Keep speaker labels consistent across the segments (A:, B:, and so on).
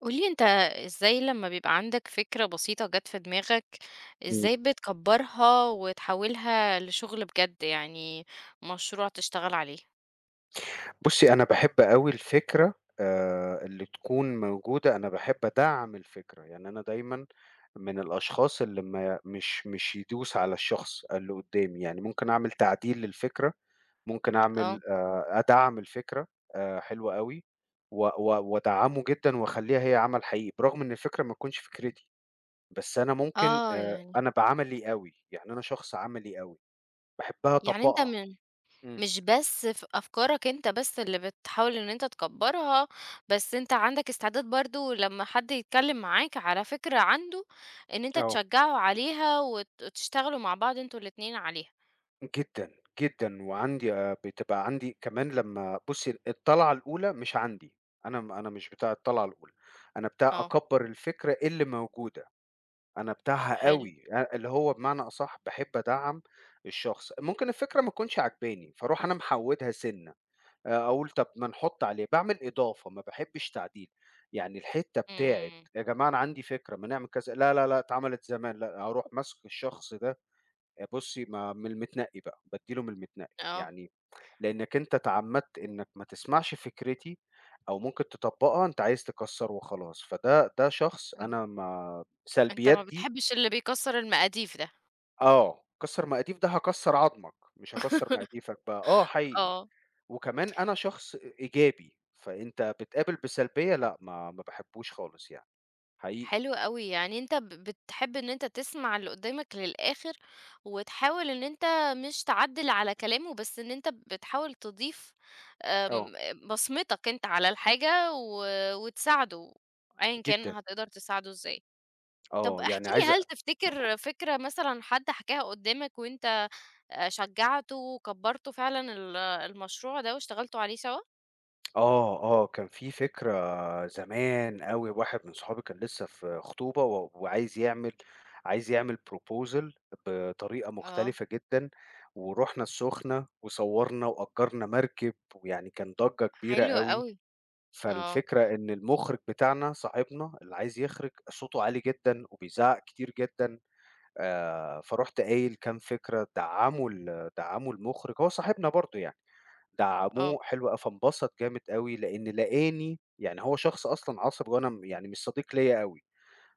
A: قولي انت، ازاي لما بيبقى عندك فكرة بسيطة جت في دماغك؟
B: إمم.
A: ازاي بتكبرها وتحولها لشغل بجد يعني؟ مشروع تشتغل عليه.
B: بُصّي، أنا باحب أوي الفكرة اللي تكون موجودة، أنا باحب أدعّم الفكرة، يعني أنا دايمًا من الأشخاص اللي ما مش مش يدوس على الشخص اللي قُدّامي، يعني ممكن أعمل تعديل للفكرة، ممكن
A: اه.
B: أعمل أدعّم الفكرة. حلو أوي و و وأدعّمه جدًا وأخلّيها هي عمل حقيقي، برغم إن الفكرة ما تكونش فكرتي، بس أنا ممكن
A: اه يعني.
B: أنا بعملي أوي، يعني أنا شخص عملي أوي، باحب
A: يعني انت
B: أطبّقها.
A: من
B: إمم،
A: مش بس في افكارك انت بس اللي بتحاول ان انت تكبرها، بس انت عندك استعداد برضو لما حد يتكلم معاك على فكرة عنده ان انت
B: آه.
A: تشجعه عليها وتشتغلوا مع بعض انتوا الاتنين عليها.
B: جدًا، جدًا، وعندي بتبقى عندي كمان لمّا بُصّي الطلعة الأولى مش عندي، أنا مش بتاع الطلعة الأولى، أنا بتاع
A: اه.
B: أكبّر الفكرة اللي موجودة، أنا بتاعها
A: حلو.
B: أوي، اللي هو بمعنى أصح باحب أدعّم الشخص، ممكن الفكرة ما تكونش عاجباني، فاروح أنا محوّدها سِنّة، أقول طب ما نحُط عليه، باعمل إضافة، ما باحبش تعديل، يعني الحتّة بتاعة
A: امم.
B: يا جماعة أنا عندي فكرة ما نعمل كذا، لا، لا، لأ اتعملت زمان، لأ أروح ماسك الشخص ده. بُصّي، ما من المتنقي بقى، بادّي له من المتنقي،
A: اه،
B: يعني لإنّك أنت اتعمّدت إنّك ما تسمعش فكرتي أو ممكن تطبّقها، أنت عايز تكسّر وخلاص، فده شخص أنا ما
A: أنت ما
B: سلبيات دي.
A: بتحبش اللي بيكسّر المقاديف ده.
B: آه، كسّر مقاديف ده هاكسّر عضمك، مش هاكسّر مقاديفك بقى، آه حقيقي،
A: آه،
B: وكمان أنا شخص إيجابي، فأنت بتقابل بسلبية لأ، ما باحبّوش خالص يعني، حقيقي،
A: حلو أوي، يعني أنت بتحب إن أنت تسمع اللي قدّامك للآخر، وتحاول إن أنت مش تعدّل على كلامه، بس إن أنت بتحاول تضيف. آمم.
B: آه،
A: بصمتك أنت على الحاجة وتساعده، أيًا كان
B: جدًا،
A: هتقدر تساعده إزاي. طب
B: آه،
A: احكِ
B: يعني
A: لي،
B: عايز
A: هل تفتكر فكرة مثلًا حد حكاها قدّامك وأنت شجّعته وكبّرتوا فعلًا المشروع ده واشتغلتوا عليه سوا؟
B: آه، آه، كان في فكرة زمان أوي واحد من صحابي كان لسه في خطوبة وعايز يعمل عايز يعمل proposal بطريقة
A: آه.
B: مختلفة جدًا، ورُحنا السخنة وصوّرنا وأجرنا مركب، ويعني كان ضجة كبيرة
A: حلو
B: أوي،
A: أوي. آه.
B: فالفكرة إن المُخرج بتاعنا صاحبنا اللي عايز يخرج صوته عالي جدًا وبيزعق كتير جدًا، فرُحت قايل كام فكرة دعّموا المُخرج، هو صاحبنا برضه يعني.
A: آه،
B: دعموه حلو أوي، فانبسط جامد أوي لإن لقاني يعني هو شخص أصلًا عصبي وأنا يعني مش صديق ليّا أوي،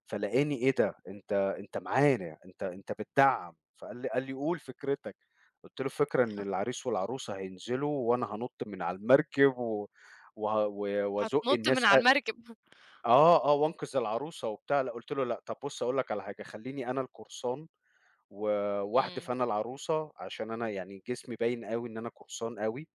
B: فلقاني إيه ده! أنت معانا، أنت بتدعّم، فقال لي قُل فكرتك، قُلت له الفكرة إن العريس والعروسة هينزلوا وأنا هانُط من على المركب و وه و وأزُق
A: هتنُط من
B: الناس
A: على المركب.
B: آه، آه، وأنقذ العروسة وبتاع، لأ قُلت له: "لأ، طب بُص أقول لك على حاجة، خلّيني أنا القرصان و واحدف
A: إمم.
B: أنا العروسة عشان أنا يعني جسمي باين أوي إن أنا قرصان أوي."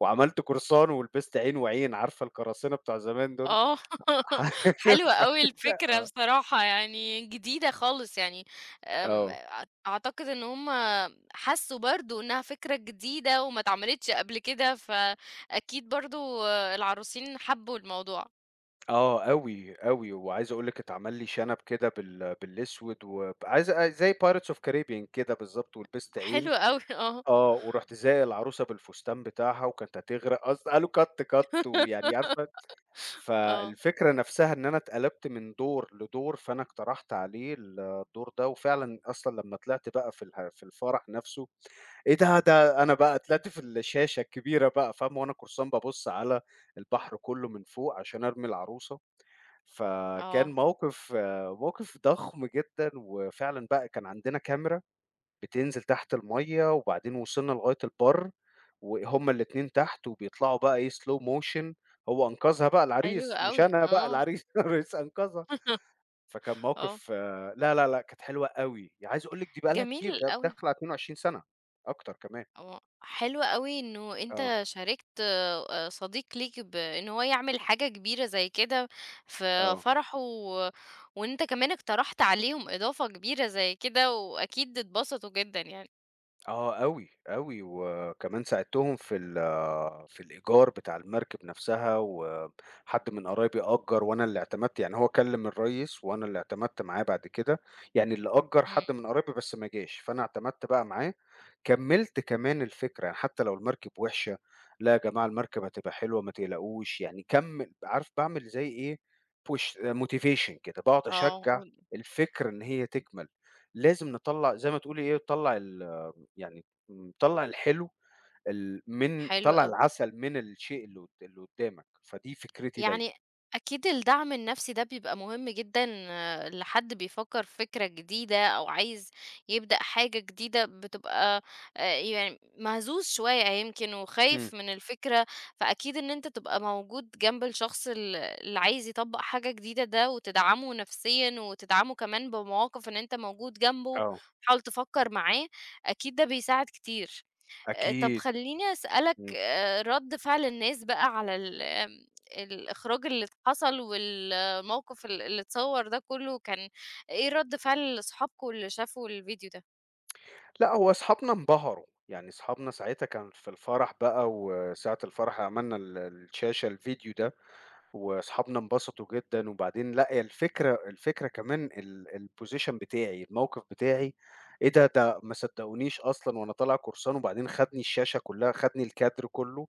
B: وعملت قرصان ولبست عين وعين، عارفة القراصنة بتوع زمان دول؟
A: آه.
B: ح
A: حلوة
B: ف
A: أوي الفكرة
B: آه،
A: بصراحة، يعني جديدة خالص يعني. آمم،
B: آه،
A: أعتقد إن هُم حسّوا برضه إنها فكرة جديدة وما اتعملتش قبل كده، فأكيد برضه العروسين حبّوا الموضوع.
B: آه أوي، أوي، وعايز أقول لِك اتعمل لي شنب كده بالأسود عايز زي Pirates of Caribbean كده بالضبط ولبست
A: حلو
B: عين،
A: أوي. آه.
B: آه، ورُحت زائق العروسة بالفستان بتاعها وكانت هتغرق أصل قالوا cut ويعني عارفة
A: آه.
B: فالفكرة نفسها إن أنا اتقلبت من دور لدور، فأنا اقترحت عليه الدور ده، وفعلًا أصلًا لمّا طلعت بقى في الفرح نفسه إيه ده! ده أنا بقى طلعت في الشاشة الكبيرة بقى فاهمة، وأنا قرصان بابُص على البحر كُلّه من فوق عشان أرمي العروسة، فكان
A: آه.
B: موقف ضخم جدًا، وفعلًا بقى كان عندنا كاميرا بتنزل تحت المَيّة، وبعدين وصلنا لغاية البَر، وهُم الاتنين تحت وبيطلعوا بقى إيه slow motion، هو أنقذها بقى
A: حلو
B: العريس، مش
A: أوي.
B: أنا بقى
A: آه.
B: العريس، العريس أنقذها، فكان
A: آه.
B: موقف لا، لا، لأ، كانت حلوة أوي، عايز أقول لِك دي بقى لها كتير،
A: جميل
B: ده
A: أوي.
B: داخلة على 22 سَنة، أكتر كمان.
A: آه، حلو أوي إنه
B: آه.
A: أنت شاركت صديق ليك بإن هو يعمل حاجة كبيرة زي كده في
B: آه.
A: فرحه، وإن أنت كمان اقترحت عليهم إضافة كبيرة زي كده، وأكيد اتبسطوا جدًا يعني.
B: آه أوي، أوي، وكمان ساعدتهم في الإيجار بتاع المركب نفسها، وحد من قرايبي أجّر وأنا اللي اعتمدت، يعني هو كلّم الريّس وأنا اللي اعتمدت معاه بعد كده، يعني اللي أجّر
A: إمم.
B: حد من قرايبي بس ما جاش، فأنا اعتمدت بقى معاه، كمّلت كمان الفكرة، يعني حتى لو المركب وِحشة، "لأ يا جماعة المركب هتبقى حلوة ما تقلقوش." يعني كمّل عارف باعمل زي إيه push motivation كده، باقعد
A: آه،
B: أشجّع
A: قُل.
B: الفكرة إن هي تكمل، لازم نطلّع زي ما تقولي إيه، نطلّع يعني طلّع الحلو، من
A: حلو
B: طلّع
A: أوي.
B: العسل من الشيء اللي قدّامك، فدي فكرتي
A: يعني
B: دايمًا.
A: أكيد الدعم النفسي ده بيبقى مهم جدًا آه، لحد بيفكّر في فكرة جديدة أو عايز يبدأ حاجة جديدة. بتبقى يعني مهزوز شوية يمكن
B: إمم،
A: وخايف من الفكرة، فأكيد إن أنت تبقى موجود جنب الشخص اللي عايز يطبّق حاجة جديدة ده، وتدعمه نفسيًا وتدعمه كمان بمواقف إن أنت موجود جنبه،
B: آه،
A: تحاول تفكّر معاه، أكيد ده بيساعد كتير. طب
B: أكيد،
A: خلّيني أسألك
B: إمم.
A: رَد فعل الناس بقى على ال آمم الإخراج اللي حصل والموقف اللي اتصوّر ده كُلّه، كان إيه رَد فعل أصحابكم اللي شافوا الفيديو ده؟
B: لأ، هو أصحابنا انبهروا، يعني أصحابنا ساعتها كان في الفرح بقى وساعة الفرح عملنا الشاشة الفيديو ده وأصحابنا انبسطوا جدًا، وبعدين لأ هي الفكرة كمان الposition بتاعي، الموقف بتاعي، إيه ده! ده ما صدقونيش أصلًا وأنا طالع قرصان، وبعدين خدني الشاشة كلّها، خدني الكادر كلّه،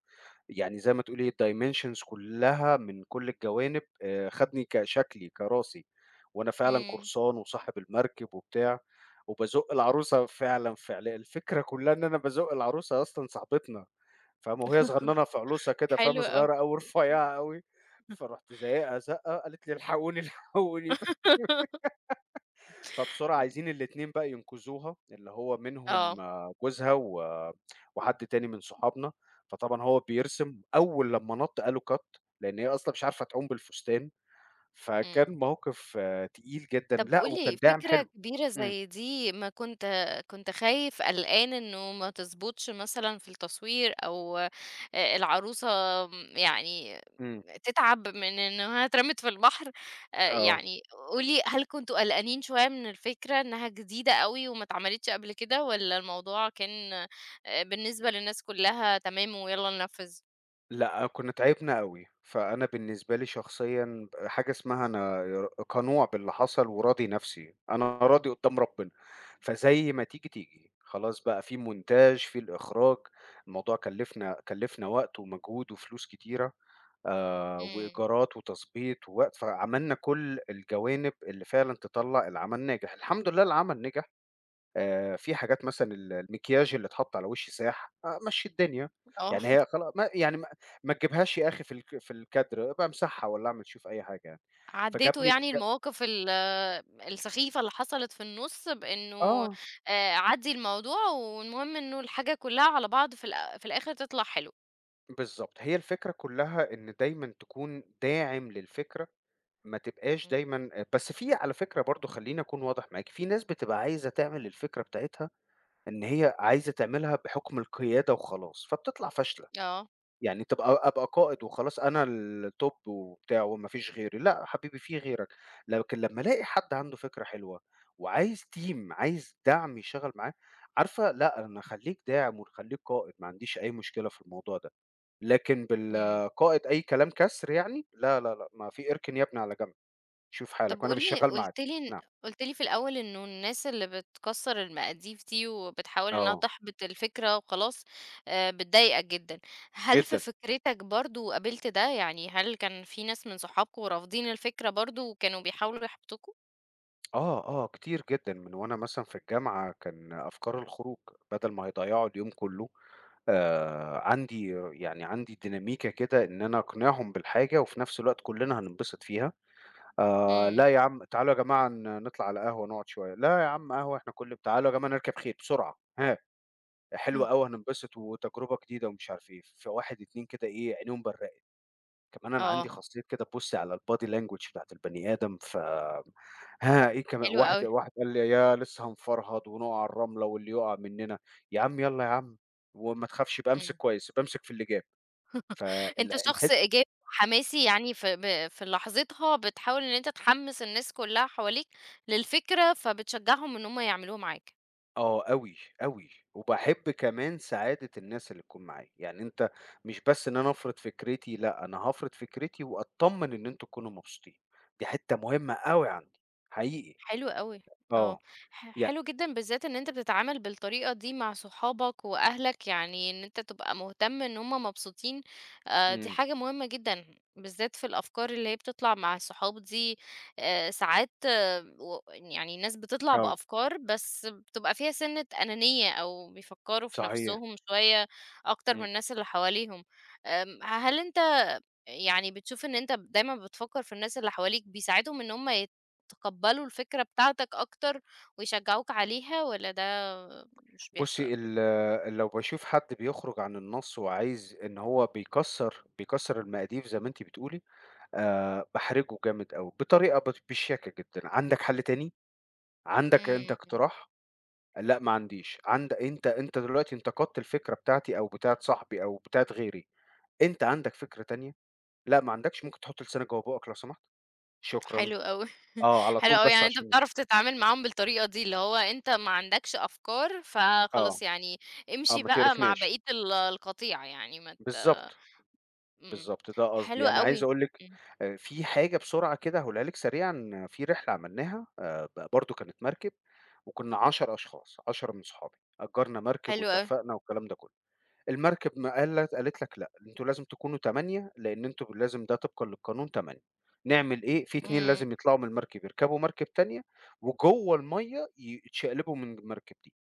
B: يعني زي ما تقولي الdimensions كلّها من كل الجوانب خدني كشكلي، كراسي، وأنا فعلًا
A: إمم.
B: قرصان وصاحب المركب وبتاع، وبازُق العروسة فعلًا فعل الفكرة كلّها إن أنا بازُق العروسة أصلًا صاحبتنا. فاهمة، وهي صغنّنة فألوسة كده فاهمة،
A: حلو أوي.
B: صغيّرة أوي، رفيّعة أوي، فرُحت زايقها زَقّة قالت لي: "الحقوني، الحقوني." فبسرعة عايزين الاتنين بقى ينقذوها، اللي هو منهم
A: آه.
B: جوزها وحد تاني من صحابنا، فطبعًا هو بيرسم، أول لمّا نَط قالوا cut لإن هي أصلًا مش عارفة تعوم بالفستان،
A: إمم.
B: فكان تقيل جدًا،
A: طب
B: لأ
A: قُل لي،
B: وكان داعم
A: فكرة
B: حلو.
A: كبيرة
B: إمم،
A: زي دي، ما كنت خايف قلقان إنه ما تضبطش مثلًا في التصوير، أو العروسة يعني
B: إمم،
A: تتعب من إنها اترمت في البحر؟ آآ
B: آه.
A: يعني قولي، هل كنتم قلقانين شوية من الفكرة إنها جديدة أوي وما اتعملتش قبل كده، والّا الموضوع كان بالنسبة للناس كلها تمام ويالّا ننفّذ؟
B: لأ، كنا تعبنا أوي، فأنا بالنسبة لي شخصيًا حاجة اسمها أنا قنوع باللي حصل وراضي نفسي، أنا راضي قدّام ربنا، فزي ما تيجي، تيجي، خلاص بقى في مونتاج، في الإخراج، الموضوع كلّفنا وقت ومجهود وفلوس كتيرة
A: إمم.
B: وإيجارات وتضبيط ووقت، فعملنا كل الجوانب اللي فعلًا تطلّع العمل ناجح، الحمد لله العمل نجح. في حاجات مثلًا المكياج اللي اتحط على وِش ساح، مشّي الدنيا،
A: آه.
B: يعني هي خلا ما يعني ما ما تجيبهاش يا أخي في الكادر، ابقى امسحها والّا اعمل شوف أي حاجة يعني.
A: عدّيتوا
B: فجابني
A: يعني
B: بج
A: المواقف السخيفة اللي حصلت في النُص، بإنه
B: آه،
A: عدّي الموضوع، والمهم إنه الحاجة كلها على بعض في في الآخر تطلع حلوة.
B: بالضبط. هي الفكرة كلّها إن دايمًا تكون داعم للفكرة، ما تبقاش
A: إمم.
B: دايمًا بس في على فكرة برضه خلّيني أكون واضح معاكِ، في ناس بتبقى عايزة تعمل الفكرة بتاعتها إن هي عايزة تعملها بحُكم القيادة وخلاص، فبتطلع فاشلة.
A: آه.
B: يعني تبقى أبقى قائد وخلاص أنا الtop وبتاع وما فيش غيري، لأ حبيبي في غيرك، لكن لمّا ألاقي حد عنده فكرة حلوة وعايز team عايز دعم يشتغل معاه، عارفة لأ أنا خلّيك داعم وخلّيك قائد، ما عنديش أي مشكلة في الموضوع ده، لكن
A: إمم.
B: بالقائد أي كلام كَسْر يعني لا، لا، لأ، ما في اركن يا ابني على جنب، شوف
A: طب
B: حالك وأنا مش
A: قولي،
B: شغال معاك،
A: قُلت لي إن
B: نعم،
A: قُلت لي في الأول إنه الناس اللي بتكسّر المقاديف دي وبتحاول إنها
B: آه،
A: تحبط الفكرة وخلاص، بتضايقك جدًا. هل في
B: جدًا،
A: فكرتك برضه قابلت ده؟ يعني هل كان في ناس من صحابكم رافضين الفكرة برضه وكانوا بيحاولوا يحبطوكم؟
B: آه، آه، كتير جدًا من وأنا مثلًا في الجامعة كان أفكار الخروج، بدل ما هيضيّعوا اليوم كلّه عندي يعني عندي ديناميكا كده إن أنا أقنعهم بالحاجة وفي نفس الوقت كُلّنا هننبسط فيها.
A: إمم.
B: "لأ يا عم تعالوا يا جماعة نطلع على قهوة نقعد شوية." "لا يا عم قهوة إحنا كل" "تعالوا يا جماعة نركب خيل بسرعة، ها،
A: آه.
B: حلوة أوي هننبسط وتجربة جديدة." ومش عارف إيه، فواحد، 2 كده إيه، عينيهم برّقت. كمان أنا عندي
A: آه،
B: خاصية كده تبُصّي على الbody language بتاعة البني آدم، ها إيه كمان
A: حلو
B: واحد
A: أوي.
B: واحد قال لي: "يا لسه هنفرهد ونُقع على الرملة واللي يُقع مننا." يا عم يالّا يا عم، وما تخافش بامسك
A: إمم.
B: كويس، بامسك في اللي جاب. فال
A: أنت شخص
B: الحت
A: إيجابي وحماسي، يعني في لحظتها بتحاول إن أنت تحمّس الناس كلّها حواليك للفكرة، فبتشجّعهم إن هُم يعملوها معاك.
B: آه أوي، أوي، وباحب كمان سعادة الناس اللي تكون معايا، يعني أنت مش بس إن أنا أفرض فكرتي، لأ، أنا هافرض فكرتي وأتطمن إن أنتم تكونوا مبسوطين، دي حتة مهمة أوي عندي، حقيقي.
A: حلو أوي. آه.
B: آه، يع
A: حلو جدًا بالذات إن أنت بتتعامل بالطريقة دي مع صحابك وأهلك، يعني إن أنت تبقى مهتم إن هُم مبسوطين. دي
B: إمم،
A: حاجة مهمة جدًا، بالذات في الأفكار اللي هي بتطلع مع الصحاب دي. ساعات آه، يعني ناس بتطلع
B: آه،
A: بأفكار بس بتبقى فيها سِنّة أنانية أو بيفكّروا في
B: صحيح،
A: نَفْسهم شوية أكتر من
B: إمم.
A: الناس اللي حواليهم. آمم، هل أنت يعني بتشوف إن أنت دايمًا بتفكّر في الناس اللي حواليك، بيساعدهم إن هم يتقبّلوا الفكرة بتاعتك أكتر ويشجّعوك عليها، والّا ده مش بيحصل
B: بُصّي،
A: أوي؟
B: لو باشوف حد بيخرج عن النَص وعايز إن هو بيكسّر المقاديف زي ما أنتِ بتقولي، باحرجه جامد أوي، بطريقة بشِّاكة جدًا. عندك حل تاني؟ عندك أنت
A: إمم.
B: اقتراح؟ لأ، ما عنديش. عند أنت أنت دلوقتي انتقدت الفكرة بتاعتي أو بتاعة صاحبي أو بتاعة غيري، أنت عندك فكرة تانية؟ لأ، ما عندكش، ممكن تحط لسانك جوّه بُقك لو سمحت؟ شكرًا.
A: حلو أوي.
B: آه، على
A: حلو
B: طول
A: أوي،
B: بس
A: يعني أنت
B: عشان
A: بتعرف تتعامل معاهم بالطريقة دي، اللي هو أنت ما عندكش أفكار، فخلاص
B: آه،
A: يعني
B: آه،
A: امشي
B: ما
A: بقى مع
B: تقرفناش.
A: بقية القطيع يعني ما ت.
B: بالضبط.
A: إمم.
B: بالضبط، ده قصدي،
A: حلو
B: يعني عايز
A: أوي.
B: أقول لِك
A: إمم.
B: في حاجة بسرعة كده هاقولها لِك سريعًا، في رحلة عملناها ب برضه كانت مركب وكنا 10 أشخاص، 10 من صحابي، أجرنا مركب
A: حلو أوي.
B: واتفقنا والكلام ده كله، المركب ما قالت لك لأ، أنتم لازم تكونوا 8 لأن أنتم لازم ده طبقًا للقانون 8 نعمل إيه، في 2
A: إمم.
B: لازم يطلعوا من المركب يركبوا مركب تانية وجوه المَيّة يتشقلبوا من المركب دي،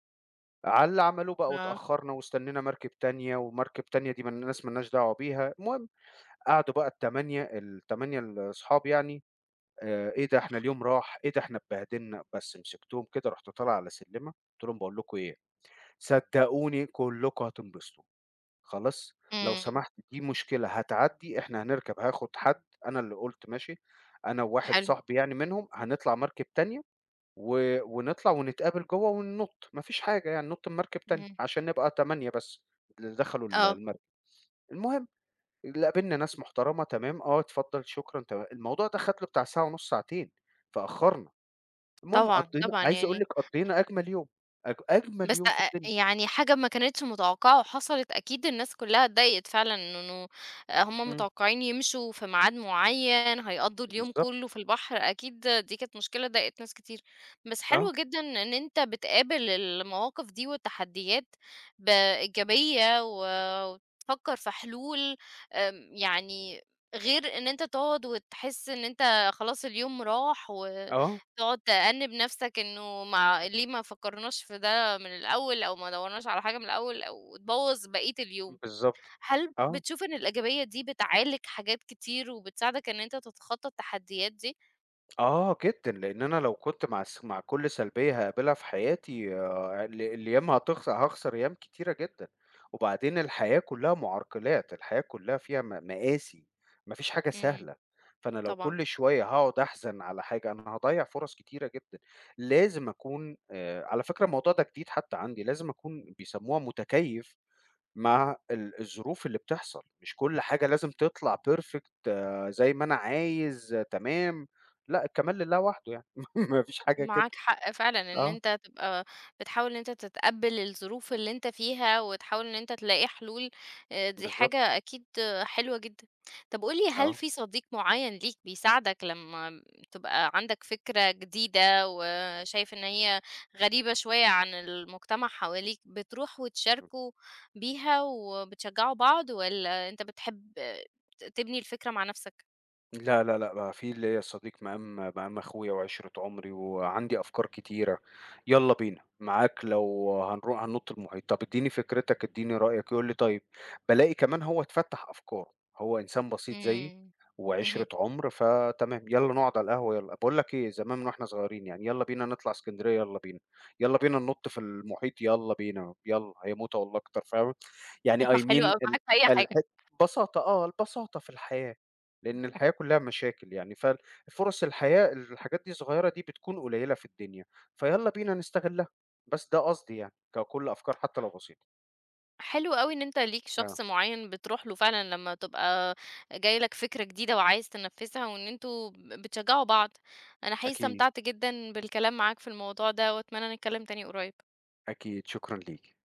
B: على اللي عملوه بقى
A: آه.
B: واتأخرنا واستنينا مركب تانية، ومركب تانية دي ما الناس ما لناش دعوة بيها، المهم قعدوا بقى ال8 الأصحاب يعني إيه ده إحنا اليوم راح، إيه ده إحنا اتبهدلنا، بس مسكتهم كده رُحت طالع على سلِّمة قُلت لهم: "باقول لكم إيه، صدقوني كلكم هتنبسطوا، خلاص؟ لو
A: إمم.
B: سمحت دي مشكلة هتعدّي، إحنا هنركب هاخد حد أنا اللي قُلت ماشي، أنا وواحد
A: حلو.
B: صاحبي يعني منهم هنطلع مركب تانية ونطلع ونتقابل جوّه وننُط، ما فيش حاجة يعني ننُط من مركب تانية
A: إمم.
B: عشان نبقى 8 بس اللي دخلوا
A: آه.
B: المركب." المهم لأ، قابلنا ناس محترمة تمام، آه، اتفضل شكرًا الموضوع ده خد له بتاع ساعة ونُص، ساعتين، فأخّرنا. المهم
A: طبعًا، طبعًا
B: عايز أقول
A: يعني.
B: لِك قضّينا أجمل يوم، أجمل
A: بس
B: يوم في
A: أ
B: الدنيا.
A: يعني حاجة ما كانتش متوقعة وحصلت، أكيد الناس كلّها اتضايقت فعلًا إنه هم
B: إمم،
A: متوقعين يمشوا في ميعاد معيّن، هيقضّوا اليوم
B: بالضبط.
A: كلّه في البحر، أكيد دي كانت مشكلة ضايقت ناس كتير. بس حلو
B: آه،
A: جدًا إن أنت بتقابل المواقف دي والتحديات بإيجابية وتفكّر في حلول. آمم، يعني غير إن أنت تقعد وتحس إن أنت خلاص اليوم راح
B: آه،
A: وتقعد تأنِّب نَفْسك إنه ما ليه ما فكّرناش في ده من الأول، أو ما دورناش على حاجة من الأول، أو تبوظ بقية اليوم.
B: بالضبط.
A: هل
B: آه.
A: بتشوف إن الإيجابية دي بتعالج حاجات كتير وبتساعدك إن أنت تتخطى التحديات دي؟
B: آه جدًا، لإن أنا لو كنت مع كل سلبية هاقابلها في حياتي ال الأيام هتخس هاخسر أيام كتيرة جدًا، وبعدين الحياة كلّها معرقلات، الحياة كلّها فيها مآسي، ما فيش حاجة
A: إمم.
B: سهلة، فأنا لو
A: طبعًا.
B: كل شوية هاقعد أحزن على حاجة أنا هاضيّع فرص كتيرة جدًا، لازم أكون على فكرة الموضوع ده جديد حتى عندي، لازم أكون بيسموها متكيّف مع الظروف اللي بتحصل، مش كل حاجة لازم تطلع perfect زي ما أنا عايز آه، تمام، لأ الكمال لله وحده يعني ما فيش حاجة كده.
A: معاك حق فعلًا، إن
B: آه،
A: أنت تبقى بتحاول إن أنت تتقبّل الظروف اللي أنت فيها، وتحاول إن أنت تلاقي حلول. دي
B: بالضبط،
A: حاجة أكيد آه، حلوة جدًا. طب قُل لي، هل
B: آه.
A: في صديق معيّن ليك بيساعدك لمّا تبقى عندك فكرة جديدة، وشايف إن هي غريبة شوية عن المجتمع حواليك، بتروح وتشاركوا بيها وبتشجعوا بعض، والّا أنت بتحب تبني الفكرة مع نفسك؟
B: لا، لا، لأ، بقى في ليّا صديق مقام أخويا وعِشرة عُمري وعندي أفكار كتيرة، يالّا بينا، معاك لو هننُط المحيط، طب ادّيني فكرتك، ادّيني رأيك، يقول لي طيب. بالاقي كمان هو اتفتّح أفكاره، هو إنسان بسيط زيي
A: إمم. اهم.
B: وعِشرة عُمر، فتمام، يالّا نقعد على القهوة يالّا. باقول لك إيه، زمان من وإحنا صغيرين يعني، يالّا بينا نطلع إسكندرية، يالّا بينا، يالّا بينا ننُط في المحيط، يالّا بينا، يالّا، هيموت والله أكتر، فاهم؟ يعني I
A: حلو
B: mean
A: أوي،
B: ال
A: معاك في أي
B: الح
A: حاجة.
B: بساطة، آه، البساطة في الحياة. لأن الحياة كلّها مشاكل يعني، ففُرَص الحياة الحاجات دي الصغيّرة دي بتكون قليّلة في الدنيا، فيالّا بينا نستغلّها، بس ده قصدي يعني، ككُلّ أفكار حتّى لو بسيطة.
A: حلو أوي إن أنت ليك
B: آه،
A: شخص معين بتروح له فعلًا لمّا تبقى جاي لك فكرة جديدة وعايز تنفذها، وإن أنتم بتشجعوا بعض. أنا حقيقي
B: أكيد،
A: استمتعت جدًا بالكلام معاك في الموضوع ده، وأتمنى نتكلم تاني قريب.
B: أكيد، شكرًا ليكِ.